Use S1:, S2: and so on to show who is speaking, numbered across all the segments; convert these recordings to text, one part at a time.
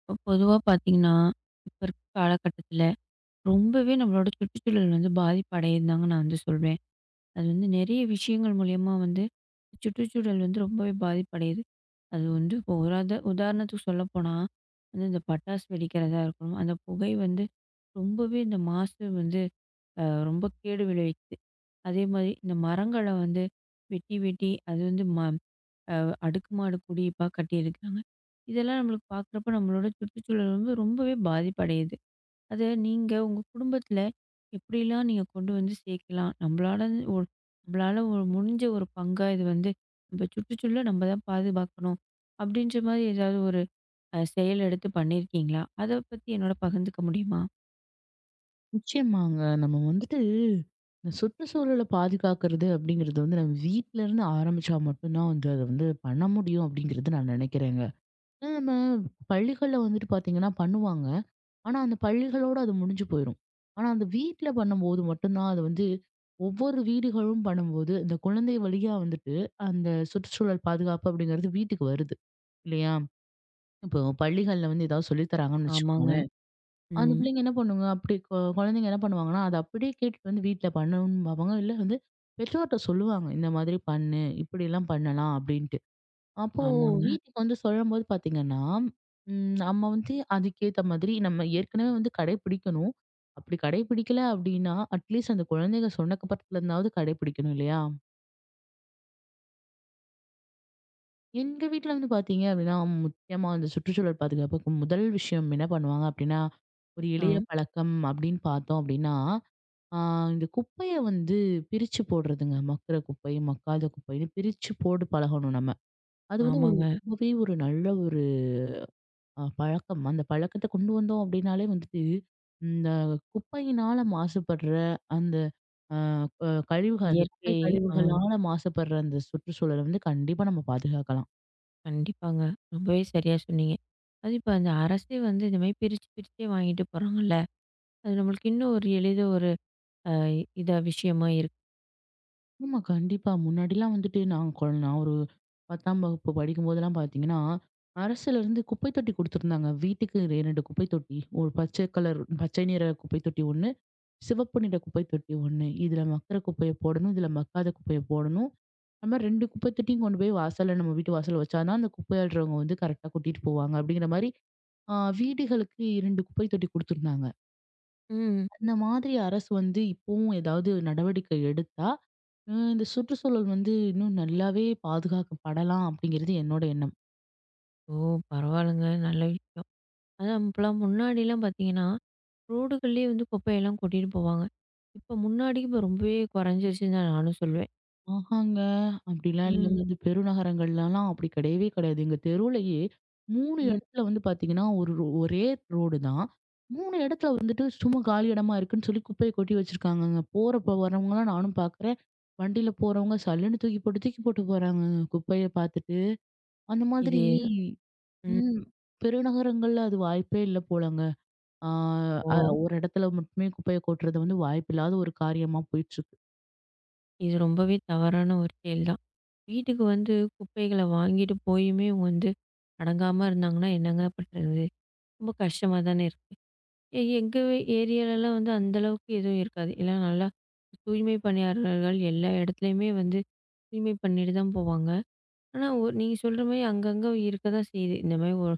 S1: இப்ப பொதுவா பார்த்தீங்கன்னா, இப்ப இருக்க காலகட்டத்தில ரொம்பவே நம்மளோட சுற்றுச்சூழல் வந்து பாதிப்படையுதுன்னு தாங்க நான் வந்து சொல்வேன். அது வந்து நெறைய விஷயங்கள் மூலியமா வந்து சுற்றுச்சூழல் வந்து ரொம்பவே பாதிப்படையுது. அது வந்து இப்போ உராத உதாரணத்துக்கு சொல்லப்போனா, வந்து இந்த பட்டாசு வெடிக்கிறதா இருக்கணும், அந்த புகை வந்து ரொம்பவே இந்த மாசு வந்து அ ரொம்ப கேடு விளைவிக்குது. அதே மாரி இந்த மரங்கள வந்து வெட்டி, வெட்டி அது வந்து ம அடுக்குமாடு குடியிருப்பா கட்டியிருக்காங்க. இதெல்லாம் நம்மளுக்கு பார்க்குறப்ப நம்மளோட சுற்றுச்சூழல் வந்து ரொம்பவே பாதிப்படையுது. அத நீங்க உங்க குடும்பத்துல எப்படிலாம் நீங்க கொண்டு வந்து சேர்க்கலாம்? ஒரு நம்மளால ஒரு முடிஞ்ச ஒரு பங்கா இது வந்து நம்ம சுற்றுச்சூழல நம்ம தான் பாதுகாக்கணும். அப்படின்ற மாதிரி ஏதாவது ஒரு செயல் எடுத்து பண்ணியிருக்கீங்களா? அத பத்தி என்னோட பகிர்ந்துக்க முடியுமா?
S2: நிச்சயமாங்க. நம்ம வந்துட்டு இந்த சுற்றுச்சூழல பாதுகாக்கிறது அப்படிங்கிறது வந்து நம்ம வீட்ல இருந்து ஆரம்பிச்சா மட்டும் தான் வந்து அத வந்து பண்ண முடியும் அப்படிங்கிறது நான் நினைக்கிறேங்க. ஏன்னா நம்ம பள்ளிகள்ல வந்துட்டு பார்த்தீங்கன்னா பண்ணுவாங்க. ஆனா அந்த பள்ளிகளோட அது முடிஞ்சு போயிரும். ஆனா அந்த வீட்ல பண்ணும்போது மட்டும் தான் அது வந்து ஒவ்வொரு வீடுகளும் பண்ணும்போது, இந்த குழந்தை வழியா வந்துட்டு அந்த சுற்றுச்சூழல் பாதுகாப்பு அப்படிங்கிறது வீட்டுக்கு வருது. இல்லையா? இப்போ பள்ளிகள்ல வந்து ஏதாவது சொல்லி தராங்கன்னு
S1: ஆமாங்க.
S2: வச்சுக்கோங்களேன். அந்த
S1: ம்.
S2: பிள்ளைங்க என்ன பண்ணுங்க அப்படி குழந்தைங்க என்ன பண்ணுவாங்கன்னா, அத அப்படியே கேட்டுட்டு வந்து வீட்ல பண்ணணும்னு பார்ப்பாங்க. இல்ல வந்து பெற்றோர்ட்ட சொல்லுவாங்க. இந்த மாதிரி பண்ணு, இப்படிலாம் பண்ணலாம் அப்படின்ட்டு. அப்போ
S1: ஆமாங்க.
S2: வீட்டுக்கு வந்து சொல்லும்போது பார்த்தீங்கன்னா, நம்ம வந்து அதுக்கேத்த மாதிரி நம்ம ஏற்கனவே வந்து கடைப்பிடிக்கணும். அப்படி கடைப்பிடிக்கல அப்படின்னா, அட்லீஸ்ட் அந்த குழந்தைங்க சொன்னக்கப்புறத்துலருந்தாவது கடைப்பிடிக்கணும் இல்லையா? எங்க வீட்ல வந்து பார்த்தீங்க அப்படின்னா, முக்கியமா அந்த சுற்றுச்சூழல் பாதுகாப்புக்கு முதல் விஷயம் என்ன பண்ணுவாங்க அப்படின்னா, ஒரு
S1: ஆ.
S2: எளிய பழக்கம் அப்படின்னு பார்த்தோம் அப்படின்னா ஆ இந்த குப்பைய வந்து பிரிச்சு போடுறதுங்க. மக்குற குப்பை, மக்காத குப்பைன்னு பிரிச்சு போட்டு பழகணும் நம்ம. அது வந்து ஒரு
S1: ஆமாங்க.
S2: ரொம்பவே ஒரு நல்ல ஒரு பழக்கம். அந்த பழக்கத்த கொண்டு வந்தோம் அப்டின்னாலே வந்துட்டு, இந்த குப்பையினால மாசுபடுற அந்த அ அ கழிவுகள், அந்த குப்பை
S1: இயற்கை. ஆ.
S2: கழிவுகளால மாசுபடுற அந்த சுற்றுச்சூழல வந்து கண்டிப்பா நம்ம பாதுகாக்கலாம்.
S1: கண்டிப்பாங்க. ரொம்பவே சரியா சொன்னீங்க. அதுவும் இப்ப அந்த அரசே வந்து இந்த மாரி பிரிச்சு, பிரிச்சே வாங்கிட்டு போறாங்கல்ல. அது நம்மளுக்கு இன்னும் ஒரு எளித ஒரு அ இதா விஷயமா இருக்கு.
S2: ஆமா. கண்டிப்பா. முன்னாடிலாம் வந்துட்டு நான் நான் ஒரு 10ஆம் வகுப்பு படிக்கும்போதெல்லாம் பார்த்தீங்கன்னா, அரசுலேருந்து குப்பை தொட்டி குடுத்துருந்தாங்க. வீட்டுக்கு 2 குப்பை தொட்டி. ஒரு பச்சை கலர் பச்சை நிற குப்பை தொட்டி 1, சிவப்பு நிற குப்பை தொட்டி 1. இதில மக்குற குப்பைய போடணும், இதில மக்காத குப்பைய போடணும். நம்ம 2 குப்பை தொட்டியும் கொண்டு போய் வாசல்ல நம்ம வீட்டு வாசல்ல வச்சா தான், அந்த குப்பை அள்ளுறவங்க வந்து கரெக்ட்டா கொட்டிட்டு போவாங்க. அப்படிங்கிற மாரி வீடுகளுக்கு 2 குப்பை தொட்டி குடுத்துருந்தாங்க.
S1: ம்.
S2: அந்த மாதிரி அரசு வந்து இப்பவும் ஏதாவது நடவடிக்கை எடுத்தா, இந்த சுற்றுச்சூழல் வந்து இன்னும் நல்லாவே பாதுகாக்கப்படலாம் அப்படிங்கிறது என்னோட எண்ணம்.
S1: ஓ! பரவாயில்லங்க. நல்ல விஷயம். அதான் இப்பலாம் முன்னாடிலாம் பார்த்தீங்கன்னா, ரோடுகள்லேயே வந்து குப்பையெல்லாம் கொட்டிட்டு போவாங்க. இப்ப முன்னாடிக்கு இப்ப ரொம்பவே குறைஞ்சிருச்சுன்னு தான் நானும் சொல்லுவேன்.
S2: ஆஹாங்க! அப்படிலாம்
S1: ம்.
S2: இல்லங்க. இந்த பெருநகரங்கள்லலாம் அப்படி கிடையவே கிடையாது. எங்க தெருவுலயே 3
S1: ம்.
S2: இடத்துல வந்து பார்த்தீங்கன்னா, ஒரு ஒரே ரோடு தான். 3 இடத்துல வந்துட்டு சும்மா காலி இடமா இருக்குன்னு சொல்லி குப்பைய கொட்டி வச்சிருக்காங்கங்க. போறப்ப வரவங்கலாம் நானும் பார்க்குறேன். வண்டியில போறவங்க சல்லுன்னு தூக்கி போட்டு, தூக்கி போட்டு போறாங்கங்க குப்பைய பார்த்துட்டு. அந்த மாதிரி
S1: இது ம்.
S2: ம் பெருநகரங்கள்ல அது வாய்ப்பே இல்ல போலங்க. ஆ,
S1: ஓ!
S2: அ ஒரு இடத்துல மட்டுமே குப்பைய கொட்டுறது வந்து வாய்ப்பில்லாத ஒரு காரியமா போயிட்டுருக்கு.
S1: இது ரொம்பவே தவறான ஒரு செயல் தான். வீட்டுக்கு வந்து குப்பைகள வாங்கிட்டு போயுமே இவுங்க வந்து அடங்காம இருந்தாங்கன்னா என்னங்க பண்றது? ரொம்ப கஷ்டமா தானே இருக்கு. எங்க ஏரியாலலாம் வந்து அந்த அளவுக்கு எதுவும் இருக்காது. எல்லாம் நல்லா தூய்மை பணியாளர்கள் எல்லா இடத்துலயுமே வந்து தூய்மை பண்ணிட்டு தான் போவாங்க. ஆனா நீங்க சொல்ற மாரி அங்கங்க இருக்க தான் செய்யுது. இந்த மாரி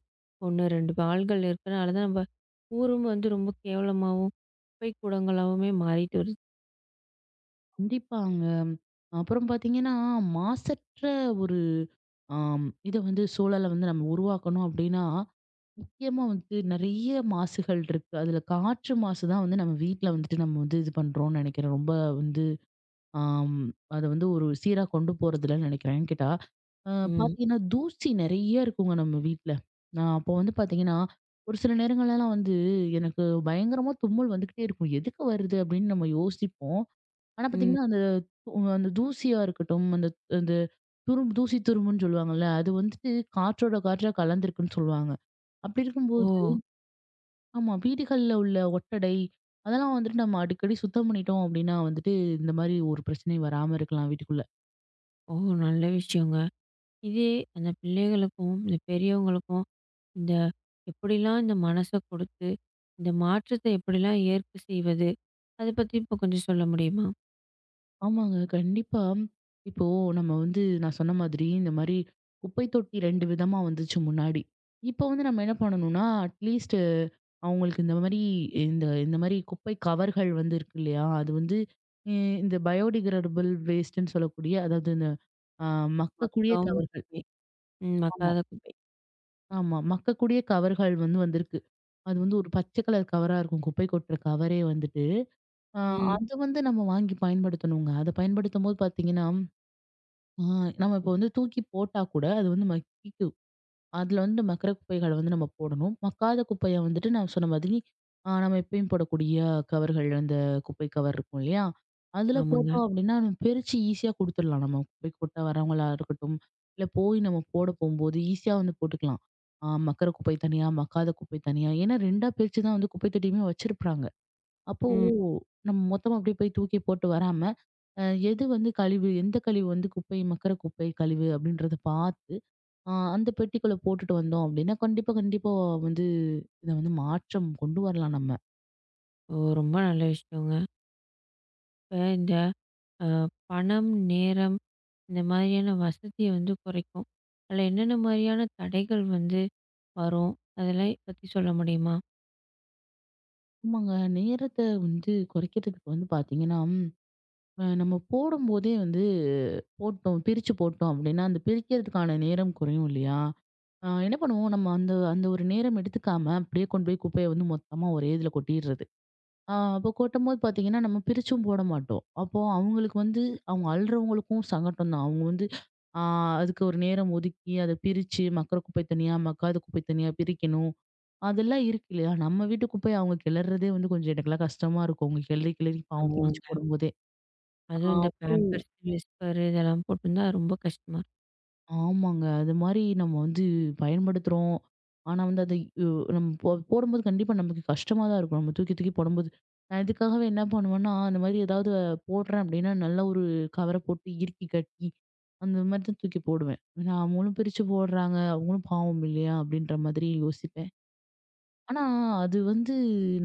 S1: 1, 2 ஆள்கள் இருக்கனால தான் நம்ம ஊரும் வந்து ரொம்ப கேவலமாவும், குப்பை கூடங்களாவுமே மாறிட்டு வருது.
S2: கண்டிப்பாங்க. அப்புறம் பார்த்தீங்கன்னா, மாசற்ற ஒரு இத வந்து சூழல வந்து நம்ம உருவாக்கணும் அப்டின்னா, முக்கியமா வந்து நெறைய மாசுகள் இருக்கு. அதுல காற்று மாசு தான் வந்து நம்ம வீட்ல வந்துட்டு நம்ம வந்து இது பண்றோம்னு நெனைக்கிறேன். ரொம்ப வந்து ஆம். அத வந்து ஒரு சீரா கொண்டு போறதில்லன்னு நினைக்கிறேன். ஏன்னு கேட்டா, அ
S1: ம்,
S2: பார்த்தீங்கன்னா, தூசி நெறைய இருக்குங்க நம்ம வீட்ல. நான் அப்போ வந்து பார்த்தீங்கன்னா, ஒரு சில நேரங்கள்லலாம் வந்து எனக்கு பயங்கரமா தும்மல் வந்துக்கிட்டே இருக்கும். எதுக்கு வருது? அப்படின்னு நம்ம யோசிப்போம். ஆனா
S1: ம்.
S2: பார்த்தீங்கன்னா, அந்த அந்த தூசியா இருக்கட்டும், அந்த அந்த துரும் தூசி துரும்புன்னு சொல்லுவாங்கல்ல, அது வந்துட்டு காற்றோட காற்றா கலந்திருக்குன்னு சொல்லுவாங்க. அப்படி இருக்கும்போது
S1: ஓ!
S2: ஆமா. வீடுகள்ல உள்ள ஒட்டடை, அதெல்லாம் வந்துட்டு நம்ம அடிக்கடி சுத்தம் பண்ணிட்டோம் அப்படின்னா வந்துட்டு, இந்த மாரி ஒரு பிரச்சனை வராம இருக்கலாம் வீட்டுக்குள்ள.
S1: ஓ! நல்ல விஷயங்க. இதே அந்த பிள்ளைகளுக்கும், இந்த பெரியவங்களுக்கும் இந்த எப்படிலாம் இந்த மனச கொடுத்து, இந்த மாற்றத்தை எப்படிலாம் ஏற்பு செய்வது? அத பத்தி இப்போ கொஞ்சம் சொல்ல முடியுமா?
S2: ஆமாங்க. கண்டிப்பா. இப்போ நம்ம வந்து நான் சொன்ன மாதிரி இந்த மாரி குப்பை தொட்டி 2 விதமா வந்துச்சு முன்னாடி. இப்போ வந்து நம்ம என்ன பண்ணணும்னா, அட்லீஸ்ட் அவங்களுக்கு இந்த மாரி இந்த இந்த மாரி குப்பை கவர்கள் வந்து இருக்கு இல்லையா? அது வந்து இ இந்த பயோடிகிரேடபிள் வேஸ்ட்டுன்னு சொல்லக்கூடிய அதாவது இந்த அ மக்கக்கூடிய
S1: மக்கும்
S2: கவர்கள்.
S1: குப்பை. ம்.
S2: ஆமா,
S1: மக்காத குப்பை.
S2: ஆமா. மக்கக்கூடிய கவர்கள் வந்து வந்திருக்கு. அது வந்து ஒரு பச்சை கலர் கவரா இருக்கும். குப்பை கொட்டுற கவரே வந்துட்டு. அ
S1: ம்.
S2: அது வந்து நம்ம வாங்கி பயன்படுத்தணுங்க. அத பயன்படுத்தும்போது பார்த்தீங்கன்னா ஆ, நம்ம இப்போ வந்து தூக்கி போட்டா கூட அது வந்து மக்கிக்கும். அதுல வந்து மக்குற குப்பைகள வந்து நம்ம போடணும். மக்காத குப்பைய வந்துட்டு நான் சொன்ன மாதிரி, ஆ நம்ம எப்பயும் போடக்கூடிய கவர்கள் அந்த குப்பை கவர் இருக்கும் இல்லையா? அதுல
S1: ஆமாங்க.
S2: போட்டோம் அப்டின்னா, நம்ம பிரிச்சு ஈஸியா குடுத்துடலாம். நம்ம குப்பை கொட்ட வரவங்களா இருக்கட்டும், இல்ல போய் நம்ம போட போம்போது ஈஸியா வந்து போட்டுக்கலாம். ஆ மக்குற குப்பை தனியா, மக்காத குப்பை தனியா. ஏன்னா 2ஆ பிரிச்சு தான் வந்து குப்பை தொட்டியுமே வச்சிருப்பாங்க. அப்போ
S1: ம்.
S2: நம்ம மொத்தமா அப்படியே போய் தூக்கி போட்டு வராம, அ எது வந்து கழிவு, எந்த கழிவு வந்து குப்பை, மக்குற குப்பை கழிவு அப்படின்றத பார்த்து, அந்த பெட்டிக்குள்ள போட்டுட்டு வந்தோம் அப்படின்னா, கண்டிப்பா, கண்டிப்பா வந்து இத வந்து மாற்றம் கொண்டு வரலாம் நம்ம.
S1: ஓ! ரொம்ப நல்ல விஷயங்க. இப்ப இந்த அ பணம், நேரம் இந்த மாதிரியான வசதிய வந்து குறைக்கும். அதில என்னென்ன மாதிரியான தடைகள் வந்து வரும்? அதெல்லாம் பத்தி சொல்ல முடியுமா?
S2: ஆமாங்க. நேரத்த வந்து குறைக்கிறதுக்கு வந்து பார்த்தீங்கன்னா, நம்ம போடும்போதே வந்து போட்டோம், பிரிச்சு போட்டோம் அப்படின்னா, அந்த பிரிக்கிறதுக்கான நேரம் குறையும் இல்லையா? என்ன பண்ணுவோம், நம்ம அந்த அந்த ஒரு நேரம் எடுத்துக்காம, அப்படியே கொண்டு போய் குப்பைய வந்து மொத்தமா ஒரே இதுல கொட்டிடுறது. ஆ அப்போ கொட்டும்போது பார்த்தீங்கன்னா, நம்ம பிரிச்சும் போட மாட்டோம். அப்போ அவங்களுக்கு வந்து அவங்க அழுறவங்களுக்கும் சங்கடம் தான். அவங்க வந்து ஆ அதுக்கு ஒரு நேரம் ஒதுக்கி, அத பிரிச்சு மக்குற குப்பை தனியா, மக்காத குப்பை தனியா பிரிக்கணும். அதெல்லாம் இருக்கு இல்லையா? நம்ம வீட்டு குப்பைய அவங்க கிளர்றதே வந்து கொஞ்சம் எனக்கெல்லாம் கஷ்டமா இருக்கும். அவங்க கிளறி கிளறி பாவம் பிரிச்சு
S1: ஆமாங்க.
S2: போடும்போதே. ஆ.
S1: அதுவும் இந்த பேம்பர்ஸ், விஸ்பர் இதெல்லாம் போட்டிருந்தா ரொம்ப கஷ்டமா இருக்கும்.
S2: ஆமாங்க. அது மாரி நம்ம வந்து பயன்படுத்துறோம். ஆனா வந்து அது யு நம்ம போடும்போது கண்டிப்பா நமக்கு கஷ்டமா தான் இருக்கும். நம்ம தூக்கி தூக்கி போடும்போது. நான் இதுக்காகவே என்ன பண்ணுவேன்னா, அந்த மாரி ஏதாவது போடுறேன் அப்டின்னா, நல்ல ஒரு கவர போட்டு இறுக்கி கட்டி, அந்த மாரி தான் தூக்கி போடுவேன். ஏன்னா அவங்களும் பிரிச்சு போடுறாங்க. அவங்களும் பாவம் இல்லையா? அப்டின்ற மாதிரி யோசிப்பேன். ஆனா அது வந்து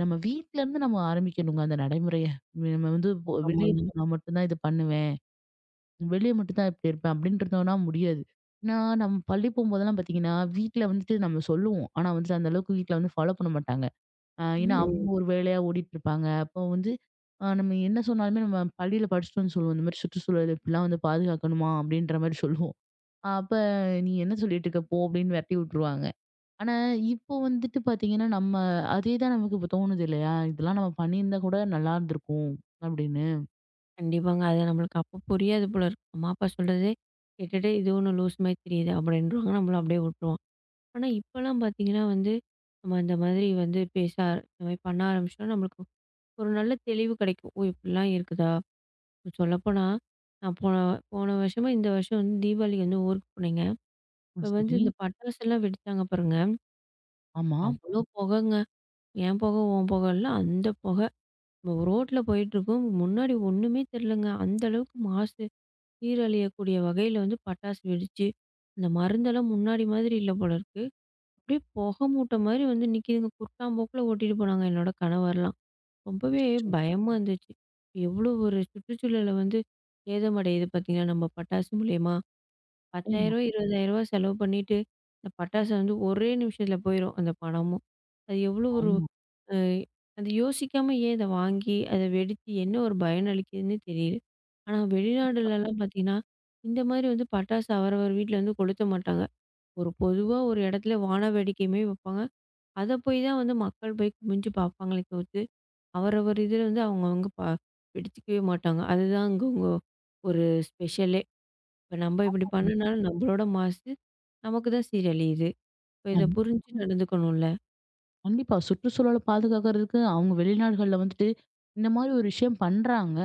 S2: நம்ம வீட்லருந்து நம்ம ஆரம்பிக்கணுங்க அந்த நடைமுறைய. நம்ம வந்து வெளிய
S1: ஆமாங்க.
S2: போனா மட்டும் தான் இது பண்ணுவேன். வெளிய மட்டும் தான் இப்படி இருப்பேன் அப்படின்றதோம்னா முடியாது. ஏன்னா, நம்ம பள்ளி போம்போதெல்லாம் பார்த்தீங்கன்னா, வீட்ல வந்துட்டு நம்ம சொல்லுவோம். ஆனா வந்துட்டு அந்த அளவுக்கு வீட்ல வந்து ஃபாலோ பண்ண மாட்டாங்க. ஏன்னா
S1: ம்.
S2: அவங்க ஒரு வேலையா ஓடிட்டுருப்பாங்க. அப்போ வந்து நம்ம என்ன சொன்னாலுமே நம்ம பள்ளியில படிச்சுட்டு வந்து சொல்லுவோம். இந்த மாரி சுற்றுச்சூழல் இப்படிலாம் வந்து பாதுகாக்கணுமா அப்படின்ற மாரி சொல்லுவோம். அப்ப "நீ என்ன சொல்லிட்டு இருக்க போ" அப்படின்னு விரட்டி விட்டுருவாங்க. ஆனா, இப்போ வந்துட்டு பார்த்தீங்கன்னா, நம்ம அதே தான் நமக்கு இப்போ தோணுது இல்லையா? இதெல்லாம் நம்ம பண்ணியிருந்தா கூட நல்லா இருந்திருக்கும் அப்படின்னு.
S1: கண்டிப்பாங்க. அது நம்மளுக்கு அப்போ புரியாது போல இருக்கு. அம்மா, அப்பா சொல்றதே கேட்டுட்டு, "இது ஒண்ணு லூஸ் மாரி தெரியுது" அப்படின்றவாங்க. நம்மள அப்படியே விட்டுருவோம். ஆனா, இப்பலாம் பார்த்தீங்கன்னா வந்து, நம்ம இந்த மாதிரி வந்து பேச ஆர இந்த மாரி பண்ண ஆரம்பிச்சோம்னா, நம்மளுக்கு ஒரு நல்ல தெளிவு கெடைக்கும். "ஓ! இப்படிலாம் இருக்குதா?" சொல்லப்போனா, நான் போன போன வருஷமா, இந்த வருஷம் வந்து தீபாவளிக்கு வந்து ஊருக்கு போனேங்க.
S2: ம்
S1: அப்ப வந்து
S2: சரி.
S1: இந்த பட்டாசுலாம் வெடிச்சாங்க பாருங்க.
S2: ஆமா.
S1: அவ்வளோ புகைங்க. என் புகை, உன் புகை இல்ல, அந்த புகை. நம்ம ரோட்ல போயிட்டுருக்கோம். முன்னாடி ஒண்ணுமே தெரியலங்க. அந்த அளவுக்கு மாசு. சீரழியக்கூடிய வகையில வந்து பட்டாசு வெடிச்சு, இந்த மருந்தெல்லாம் முன்னாடி மாதிரி இல்ல போல இருக்கு. அப்படியே புகை மூட்ட மாரி வந்து நிக்குதுங்க. குட்டாம்போக்குல ஓட்டிட்டு போனாங்க என்னோட கணவர்லாம். ரொம்பவே
S2: அச்சச்சோ!
S1: பயமா இருந்துச்சு. எவ்வளோ ஒரு சுற்றுச்சூழல வந்து சேதமடையுது பார்த்தீங்களா, நம்ம பட்டாசு மூலியமா? ரூ. 10,000
S2: ஏம்மா,
S1: ரூ. 20,000 செலவு பண்ணிட்டு, இந்த பட்டாசு வந்து ஒரே நிமிஷத்துல போயிரும் அந்த பணமும். அது எவ்வளோ ஒரு
S2: ஆமா.
S1: அ அது யோசிக்காம ஏன் இத வாங்கி, அத வெடிச்சு என்ன ஒரு பயன் அளிக்குதுன்னே தெரியல. ஆனா வெளிநாடுலலாம் பார்த்தீங்கன்னா, இந்த மாரி வந்து பட்டாசு அவரவர் வீட்ல வந்து கொளுத்த மாட்டாங்க. ஒரு பொதுவா ஒரு இடத்துல வான வேடிக்கையுமே வைப்பாங்க. அத போய் தான் வந்து மக்கள் போய் குமிஞ்சு பார்ப்பாங்களே தவிர்த்து, அவரவர் இதுல வந்து அவங்கவங்க வெடிச்சுக்கவே மாட்டாங்க. அதுதான் அங்க உங்க ஒரு ஸ்பெஷலே. இப்ப நம்ம இப்படி பண்ணுனால நம்மளோட மாசு, நமக்கு தான் சீரழியுது. இப்ப இத
S2: கண்டிப்
S1: புரிஞ்சு ம். நடந்துக்கணும்ல.
S2: கண்டிப்பா. சுற்றுச்சூழல பாதுகாக்கறதுக்கு அவங்க வெளிநாடுகள்ல வந்துட்டு, இந்த மாரி ஒரு விஷயம் பண்றாங்க.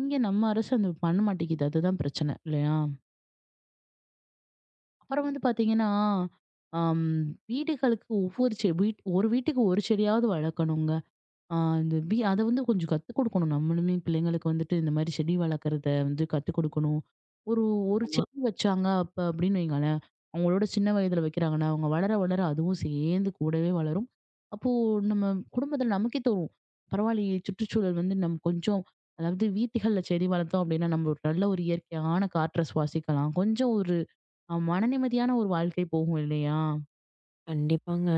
S2: இங்க நம்ம அரசு அது பண்ண மாட்டேங்குது. அதுதான் பிரச்சனை இல்லையா? அப்புறம் வந்து பார்த்தீங்கன்னா, அம் வீடுகளுக்கு ஒவ்வொரு செ வீட் ஒரு வீட்டுக்கு ஒரு செடியாவது வளர்க்கணுங்க. ஆ அந்த அத வந்து கொஞ்சம் கத்துக் கொடுக்கணும். நம்மளுமே பிள்ளைங்களுக்கு வந்துட்டு இந்த மாரி செடி வளர்க்குறத வந்து கத்துக் கொடுக்கணும். ஒரு ஒரு
S1: ஆமா,
S2: செடி வச்சாங்க அப்ப அப்படின்னு வைங்களேன், அவங்களோட சின்ன வயதுல வைக்கிறாங்கன்னா, அவங்க வளர வளர அதுவும் சேர்ந்து கூடவே வளரும். அப்போ நம்ம குடும்பத்துல நமக்கே தோணும். பரவாயில்லையே சுற்றுச்சூழல் வந்து நம்ம கொஞ்சம் அதாவது வீட்டுகள்ல செடி வளர்த்தோம் அப்படின்னா, நம்ம ஒரு நல்ல ஒரு இயற்கையான காற்ற சுவாசிக்கலாம். கொஞ்சம் ஒரு மன நிம்மதியான ஒரு வாழ்க்கை போகும் இல்லையா?
S1: கண்டிப்பாங்க.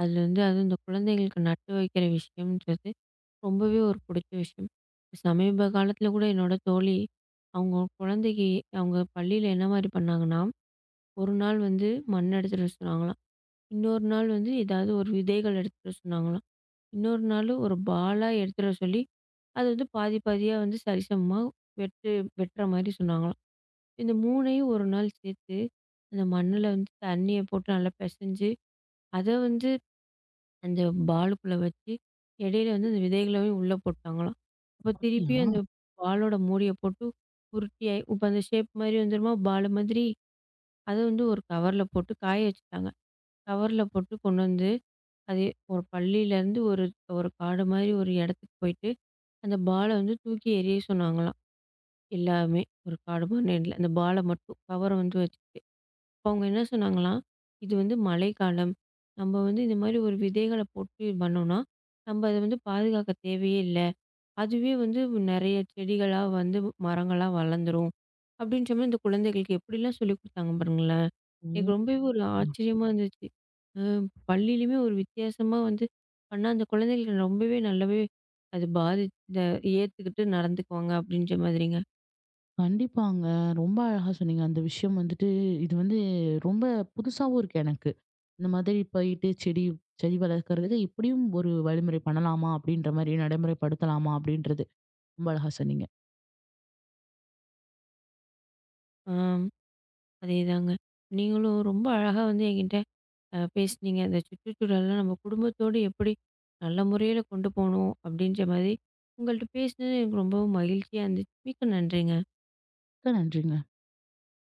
S1: அதுல வந்து அதுவும் இந்த குழந்தைகளுக்கு நட்டு வைக்கிற விஷயம்ன்றது ரொம்பவே ஒரு புடிச்ச விஷயம். சமீப காலத்துல கூட என்னோட தோழி, அவங்க குழந்தைக்கு அவங்க பள்ளியில என்ன மாரி பண்ணாங்கன்னா, ஒரு நாள் வந்து மண் எடுத்துட்டு வர சொன்னாங்களாம். இன்னொரு நாள் வந்து ஏதாவது ஒரு விதைகள் எடுத்துட்டு வர சொன்னாங்களாம். இன்னொரு நாள் ஒரு பாலா எடுத்துட்டு வர சொல்லி, அது வந்து பாதி பாதியா வந்து சரிசமமா வெட்டு வெட்டுற மாரி சொன்னாங்களாம். இந்த 3யும் ஒரு நாள் சேர்த்து, அந்த மண்ணுல வந்து தண்ணிய போட்டு நல்லா பெசஞ்சு, அத வந்து அந்த பாலுக்குள்ள வச்சு, இடையில வந்து அந்த விதைகளையும் உள்ள போட்டாங்களாம். அப்ப திருப்பியும்
S2: அப்படியா?
S1: அந்த பாலோட மூடிய போட்டு உருட்டியாயி இப்ப அந்த ஷேப் மாரி வந்துருமா? பால் மாதிரி. அத வந்து ஒரு கவர்ல போட்டு காய வச்சுட்டாங்க. கவர்ல போட்டு கொண்டு வந்து, அது ஒரு பள்ளியிலேருந்து ஒரு ஒரு காடு மாரி ஒரு இடத்துக்கு போயிட்டு, அந்த பால வந்து தூக்கி எறிய சொன்னாங்களாம். எல்லாமே. ஒரு காடு மாரி அந்த பால மட்டும் கவர வந்து வச்சுட்டு. அப்ப அவங்க என்ன சொன்னாங்களாம், "இது வந்து மழைக்காலம். நம்ம வந்து இந்த மாதிரி ஒரு விதைகள போட்டு பண்ணோம்னா, நம்ம அத வந்து பாதுகாக்க தேவையே இல்ல. அதுவே வந்து நெறைய செடிகளா வந்து மரங்களா வளர்ந்துரும்." அப்படின்ற மாரி இந்த குழந்தைகளுக்கு எப்படிலாம் சொல்லிக் குடுத்தாங்க பாருங்களேன். எனக்கு
S2: ஓ!
S1: ரொம்பவே ஒரு ஆச்சரியமா இருந்துச்சு. அ பள்ளியிலயுமே ஒரு வித்தியாசமா வந்து பண்ணா, அந்த குழந்தைகளுக்கு ரொம்பவே நல்லாவே அது பாதித் த ஏத்துக்கிட்டு நடந்துக்குவாங்க அப்படின்ற மாதிரிங்க.
S2: கண்டிப்பாங்க. ரொம்ப அழகா சொன்னீங்க. அந்த விஷயம் வந்துட்டு, இது வந்து ரொம்ப புதுசாவும் இருக்கு எனக்கு. இந்த மாதிரி போயிட்டு செடி செடி வளர்க்கறதுக்கு இப்படியும் ஒரு வழிமுறை பண்ணலாமா? அப்படின்ற மாரி நடைமுறைப்படுத்தலாமா? அப்படின்றது ரொம்ப அழகா சொன்னீங்க.
S1: ஆ அதேதாங்க. நீங்களும் ரொம்ப அழகா வந்து என்கிட்ட பேசுனீங்க. இந்த சுற்றுச்சூழல்லாம் நம்ம குடும்பத்தோடு எப்படி நல்ல முறையில கொண்டு போணும், அப்படின்ற மாதிரி உங்கள்ட்ட பேசினது எனக்கு ரொம்பவும் மகிழ்ச்சியா இருந்துச்சு. மிக்க நன்றிங்க.
S2: மிக்க நன்றிங்க.